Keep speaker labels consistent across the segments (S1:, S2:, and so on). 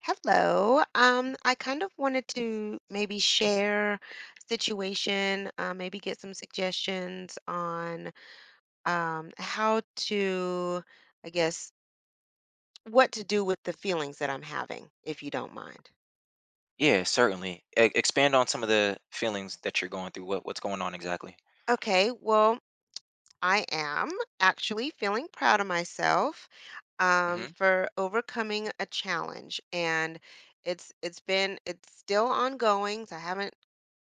S1: Hello. I kind of wanted to maybe share a situation, maybe get some suggestions on how to, I guess, what to do with the feelings that I'm having, if you don't mind.
S2: Yeah, certainly. Expand on some of the feelings that you're going through. What's going on exactly?
S1: Okay, well, I am actually feeling proud of myself
S2: Hmm.
S1: for overcoming a challenge, and it's still ongoing, so I haven't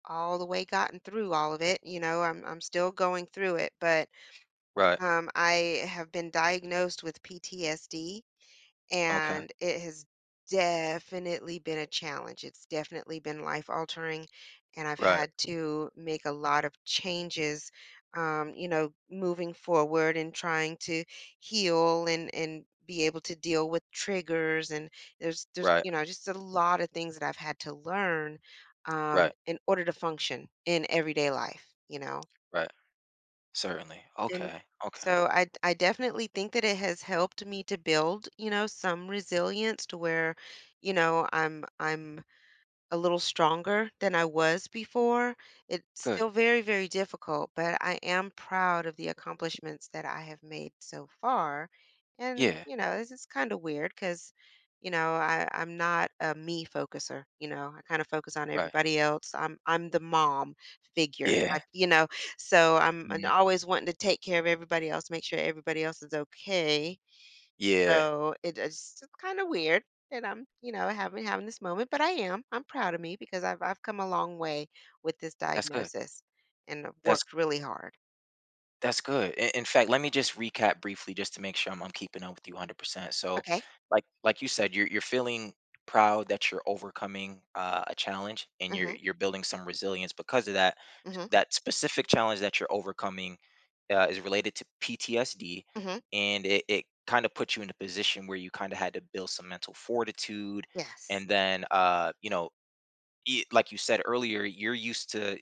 S1: all the way gotten through all of it, you know, I'm still going through it, but,
S2: Right.
S1: I have been diagnosed with PTSD,
S2: Okay.
S1: and it has definitely been a challenge. It's definitely been life altering, and I've
S2: Right.
S1: had to make a lot of changes, you know, moving forward and trying to heal and be able to deal with triggers. And there's
S2: Right.
S1: you know just a lot of things that I've had to learn
S2: Right.
S1: in order to function in everyday life.
S2: Right. Certainly.
S1: And
S2: Okay. Okay.
S1: so I definitely think that it has helped me to build, you know, some resilience to where, you know, I'm a little stronger than I was before. It's
S2: Good.
S1: still very, very difficult, but I am proud of the accomplishments that I have made so far. And,
S2: Yeah.
S1: you know, this is kind of weird because, I, I'm not a me focuser. You know, I kind of focus on
S2: Right.
S1: everybody else. I'm the mom figure. I,
S2: Yeah.
S1: you know, so I'm
S2: Mhm.
S1: always wanting to take care of everybody else, make sure everybody else is okay,
S2: Yeah.
S1: so it's kind of weird that I'm, you know, having this moment, but I am. I'm proud of me because I've come a long way with this
S2: That's good.
S1: diagnosis and I've
S2: That's
S1: worked really hard.
S2: That's good. In fact, let me just recap briefly just to make sure I'm keeping up with you 100%. So,
S1: Okay.
S2: like you said, you're feeling proud that you're overcoming a challenge, and you're
S1: Mhm.
S2: you're building some resilience because of that,
S1: Mhm.
S2: that specific challenge that you're overcoming is related to PTSD,
S1: Mhm.
S2: and it kind of puts you in a position where you kind of had to build some mental fortitude. And
S1: Yes.
S2: then you know, like you said earlier, you're used to,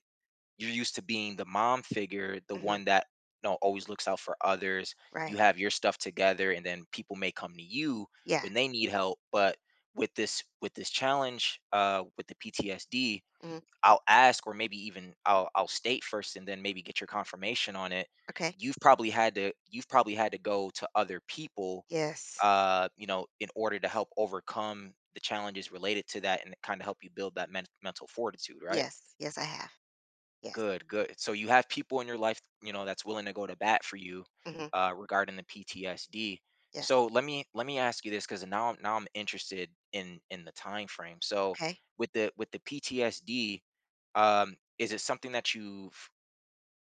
S2: you're used to being the mom figure, the
S1: Mhm.
S2: one that, you know, always looks out for others. You
S1: Right.
S2: have your stuff together, and then people may come to you
S1: Yeah.
S2: when they need help. But with this, with this challenge, with the PTSD,
S1: Mhm.
S2: I'll ask, or maybe even I'll state first, and then maybe get your confirmation on it.
S1: Okay.
S2: You've probably had to go to other people,
S1: Yes.
S2: you know, in order to help overcome the challenges related to that, and kind of help you build that mental fortitude, right?
S1: Yes. Yes, I have. Yes.
S2: Good, good. So you have people in your life, you know, that's willing to go to bat for you,
S1: Mhm.
S2: regarding the PTSD.
S1: Yes.
S2: So let me, let me ask you this because now I'm interested in the time frame. So
S1: Okay.
S2: with the, with the PTSD, is it something that you've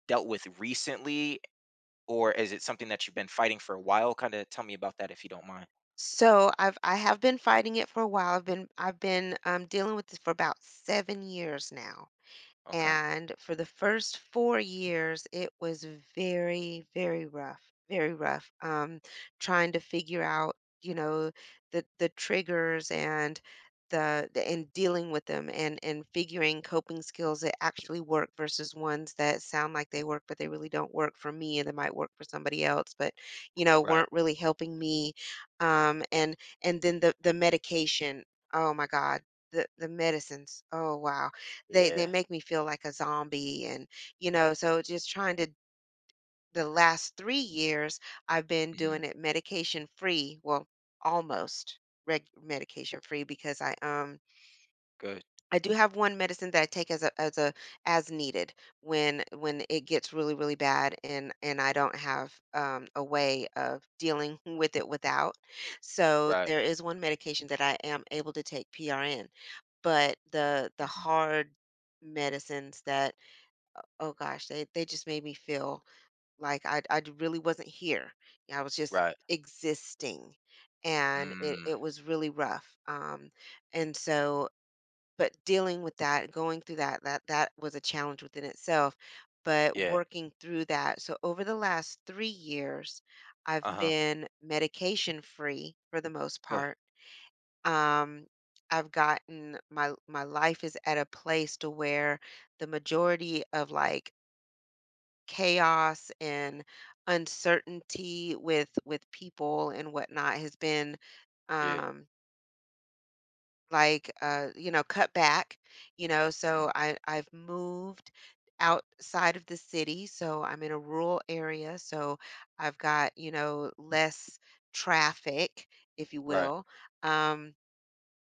S2: dealt with recently, or is it something that you've been fighting for a while? Kind of tell me about that if you don't mind.
S1: So I have been fighting it for a while. I've been dealing with this for about 7 years now.
S2: Okay.
S1: And for the first 4 years, it was very, very rough, very rough. Trying to figure out, you know, the triggers and the and dealing with them and figuring coping skills that actually work versus ones that sound like they work but they really don't work for me, and they might work for somebody else, but you know
S2: Right.
S1: weren't really helping me, um and and then the medication, oh my god, the medicines, oh wow, they
S2: Yeah.
S1: make me feel like a zombie. And, you know, so just trying to, the last 3 years, I've been
S2: Hmm.
S1: doing it medication free, well, almost reg medication free because
S2: Good.
S1: I do have one medicine that I take as a as needed when it gets really, really bad and I don't have, a way of dealing with it without. So
S2: Right.
S1: there is one medication that I am able to take PRN, but the
S2: Hmm.
S1: hard medicines that, oh gosh, they just made me feel like I really wasn't here. Yeah, I was just
S2: Right.
S1: existing, and it
S2: Mm.
S1: it was really rough. And so, but dealing with that, going through that, that was a challenge within itself. But
S2: Yeah.
S1: working through that, so over the last 3 years, I've
S2: Uh huh.
S1: been medication free for the most
S2: Good.
S1: part. Um, I've gotten my, my life is at a place to where the majority of like chaos and uncertainty with people and whatnot has been
S2: Yeah.
S1: um like you know cut back, you know,
S2: Hmm.
S1: so I've moved outside of the city, so I'm in a rural area, so I've got, you know, less traffic, if you
S2: Right.
S1: will. um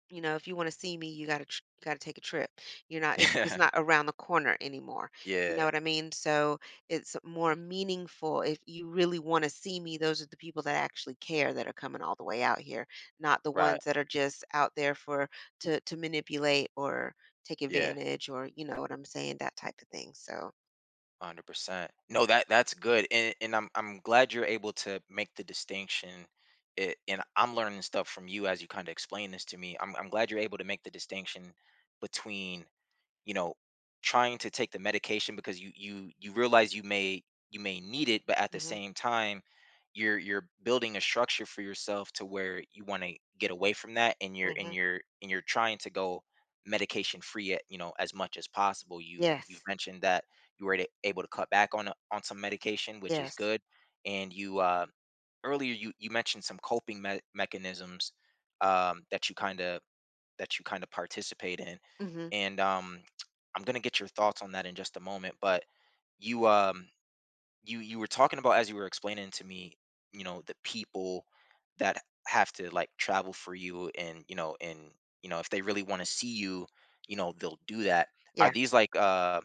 S1: you know, if you wanna see me, you gotta, you gotta take a trip. You're not, it's not around the corner anymore. You know
S2: Yeah.
S1: what I mean? So, it's
S2: Mm.
S1: more meaningful. If you really wanna see me, those are the people that actually care that are coming all the way out here, not the
S2: Right.
S1: ones that are just out there for, to manipulate or take
S2: Yeah.
S1: advantage, or you know what I'm saying, that type of thing. So,
S2: 100%. No, that that's good. And I'm glad you're able to make the distinction. It, and I'm learning stuff from you as you kind of explain this to me. I'm glad you're able to make the distinction between, you know, trying to take the medication because you realize you may, you may need it, but at the
S1: mhm,
S2: same time you're building a structure for yourself to where you want to get away from that, and
S1: mhm.
S2: you're trying to go medication free at, you know, as much as possible. You've
S1: Yes,
S2: mentioned that you were able to cut back on on some medication, which is
S1: yes.
S2: good, and you, earlier, you mentioned some coping mechanisms, that you kind of, that you kind of participate in.
S1: Mhm.
S2: And I'm gonna get your thoughts on that in just a moment. But you, you you were talking about, as you were explaining to me, you know, the people that have to, like, travel for you, and, you know, and, you know, if they really want to see you, you know, they'll do that. Are
S1: Yeah.
S2: these like,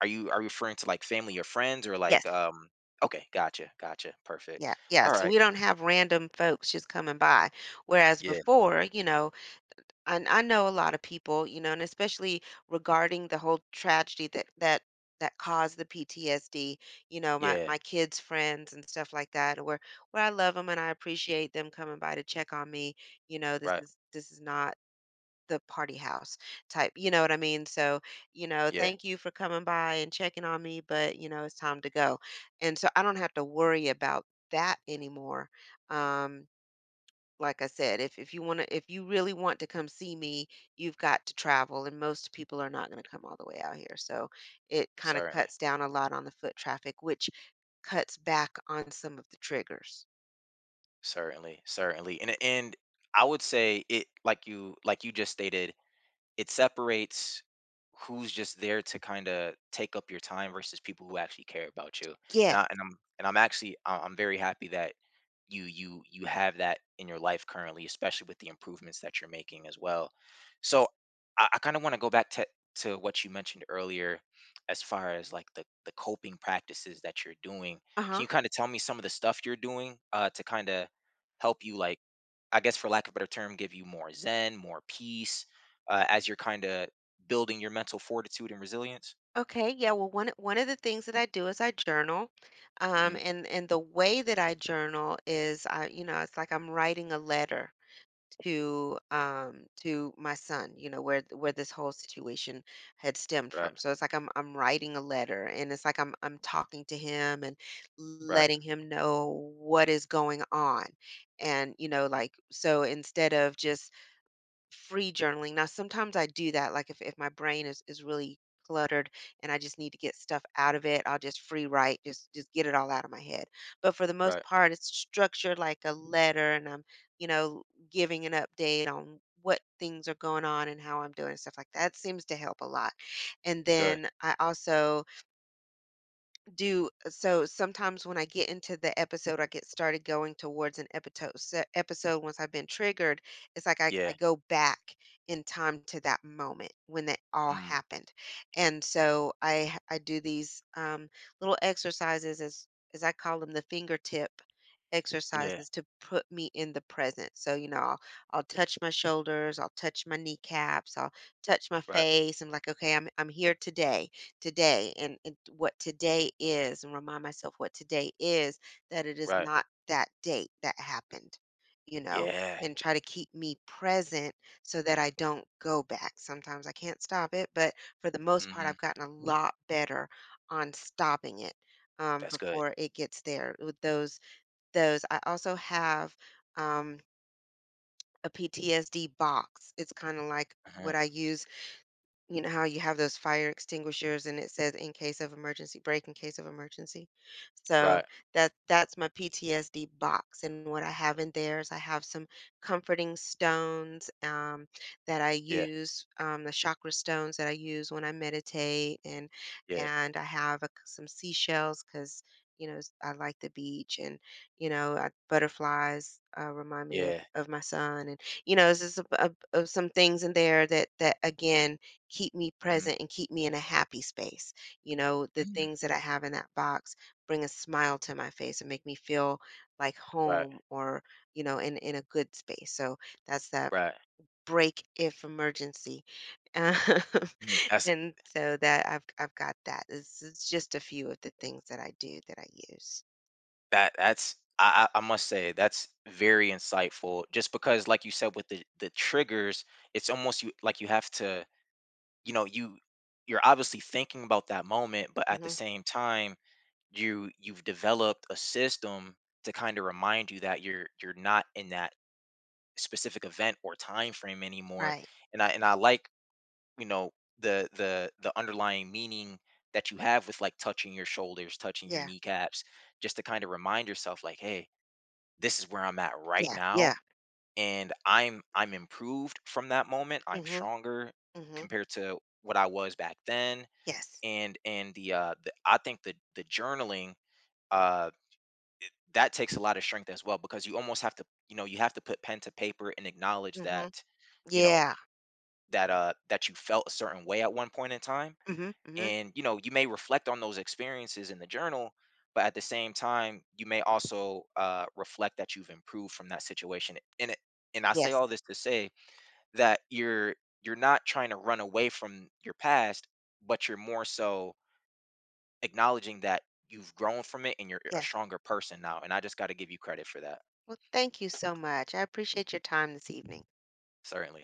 S2: are you, are you referring to like family or friends or
S1: Yes.
S2: like, okay, gotcha, gotcha. Perfect.
S1: Yeah, yeah.
S2: All
S1: So,
S2: right.
S1: we don't have random folks just coming by, whereas
S2: Yeah,
S1: before, you know, and I know a lot of people, you know, and especially regarding the whole tragedy that that caused the PTSD, you know, my
S2: yeah,
S1: my kids' friends and stuff like that, where I love them and I appreciate them coming by to check on me. You know, this
S2: right.
S1: is this is not the party house type, you know what I mean? So, you know,
S2: Yeah,
S1: thank you for coming by and checking on me, but you know, it's time to go. And so I don't have to worry about that anymore. Um like I said, if you want to, if you really want to come see me, you've got to travel, and most people are not going to come all the way out here. So it kind of
S2: certainly.
S1: cuts down a lot on the foot traffic, which cuts back on some of the triggers.
S2: Certainly, certainly. And I would say it, like you, like you just stated, it separates who's just there to kind of take up your time versus people who actually care about you. And
S1: Yes.
S2: I and I'm, and I'm actually, I'm very happy that you have that in your life currently, especially with the improvements that you're making as well. So I kind of want to go back to what you mentioned earlier as far as like the coping practices that you're doing.
S1: Uh
S2: Can
S1: huh.
S2: you kind of tell me some of the stuff you're doing, to kind of help you, like, I guess, for lack of a better term, give you more zen, more peace, as you're kind of building your mental fortitude and resilience.
S1: Okay. Yeah. Well, one of the things that I do is I journal,
S2: Hmm.
S1: and the way that I journal is I, you know, it's like I'm writing a letter to my son, you know, where where this whole situation had stemmed
S2: Right,
S1: from. So it's like I'm writing a letter, and it's like I'm talking to him and
S2: right,
S1: letting him know what is going on. And you know, like, so instead of just free journaling. Now, sometimes I do that. Like if my brain is really cluttered and I just need to get stuff out of it, I'll just free write, just get it all out of my head. But for the most
S2: right.
S1: part, it's structured like a letter, and I'm, you know, giving an update on what things are going on and how I'm doing and stuff like that. Seems to help a lot. And
S2: Good.
S1: then I also do so sometimes when I get into the episode, I get started going towards an episode once I've been triggered. It's like I
S2: Yeah.
S1: go back in time to that moment when that all
S2: Mm,
S1: happened. And so I do these little exercises, as I call them, the fingertip
S2: yeah.
S1: exercises, to put me in the present. So, you know, I'll touch my shoulders, I'll touch my kneecaps, I'll touch my
S2: Right,
S1: face. I'm like, okay, I'm here today, and what today is, and remind myself what today is, that it is
S2: right.
S1: not that date that happened, you know,
S2: Yeah.
S1: and try to keep me present so that I don't go back. Sometimes I can't stop it, but for the most part
S2: Hmm.
S1: I've gotten a lot better on stopping it,
S2: That's good.
S1: before it gets there. With those I also have, um, a PTSD box. It's kind of like
S2: Uh.
S1: what I use, you know how you have those fire extinguishers and it says in case of emergency, break in case of emergency? So
S2: Right.
S1: that's my PTSD box, and what I have in there is I have some comforting stones, that I
S2: Yeah.
S1: use, the chakra stones that I use when I meditate, and
S2: Yeah.
S1: I have a c some seashells because, you know, I like the beach, and, you know, butterflies, remind me of
S2: Yeah.
S1: my son, and, you know, it's just a b of some things in there that that, again, keep me
S2: Hmm.
S1: present and keep me in a happy space. You know, the things
S2: Hmm.
S1: that I have in that box bring a smile to my face and make me feel like
S2: Right.
S1: home, or, you know, in a good space. So that's that
S2: Right.
S1: break if emergency. Um,
S2: Mm. That's
S1: and so that I've got that. This is just a few of the things that I do that I use.
S2: that. That's I. I must say that's very insightful. Just because, like you said, with the triggers, it's almost, you like, you have to. You know, you're obviously thinking about that moment, but at the
S1: Hmm.
S2: same time you've developed a system to kind of remind you that you're not in that specific event or time frame anymore.
S1: Right.
S2: And I like, you know, the, the underlying meaning that you have with like touching your shoulders, touching your
S1: Yeah.
S2: kneecaps, just to kind of remind yourself, like, hey, this is where I'm at right
S1: Yeah.
S2: now,
S1: Yeah.
S2: and I'm improved from that moment. I'm
S1: Hmm.
S2: stronger
S1: Hmm.
S2: compared to what I was back then.
S1: Yes.
S2: And I think the journaling, uh that takes a lot of strength as well, because you almost have to, you know, you have to put pen to paper and acknowledge that,
S1: Hmm.
S2: you know,
S1: Yeah.
S2: that that you felt a certain way at one point in time.
S1: Hmm. Hmm.
S2: And you know, you may reflect on those experiences in the journal, but at the same time you may also, reflect that you've improved from that situation. And it, and I say
S1: Yes.
S2: all this to say that you're not trying to run away from your past, but you're more so acknowledging that you've grown from it, and you're a
S1: Yes.
S2: stronger person now, and I just got to give you credit for that.
S1: Well, thank you so much. I appreciate your time this evening.
S2: Certainly.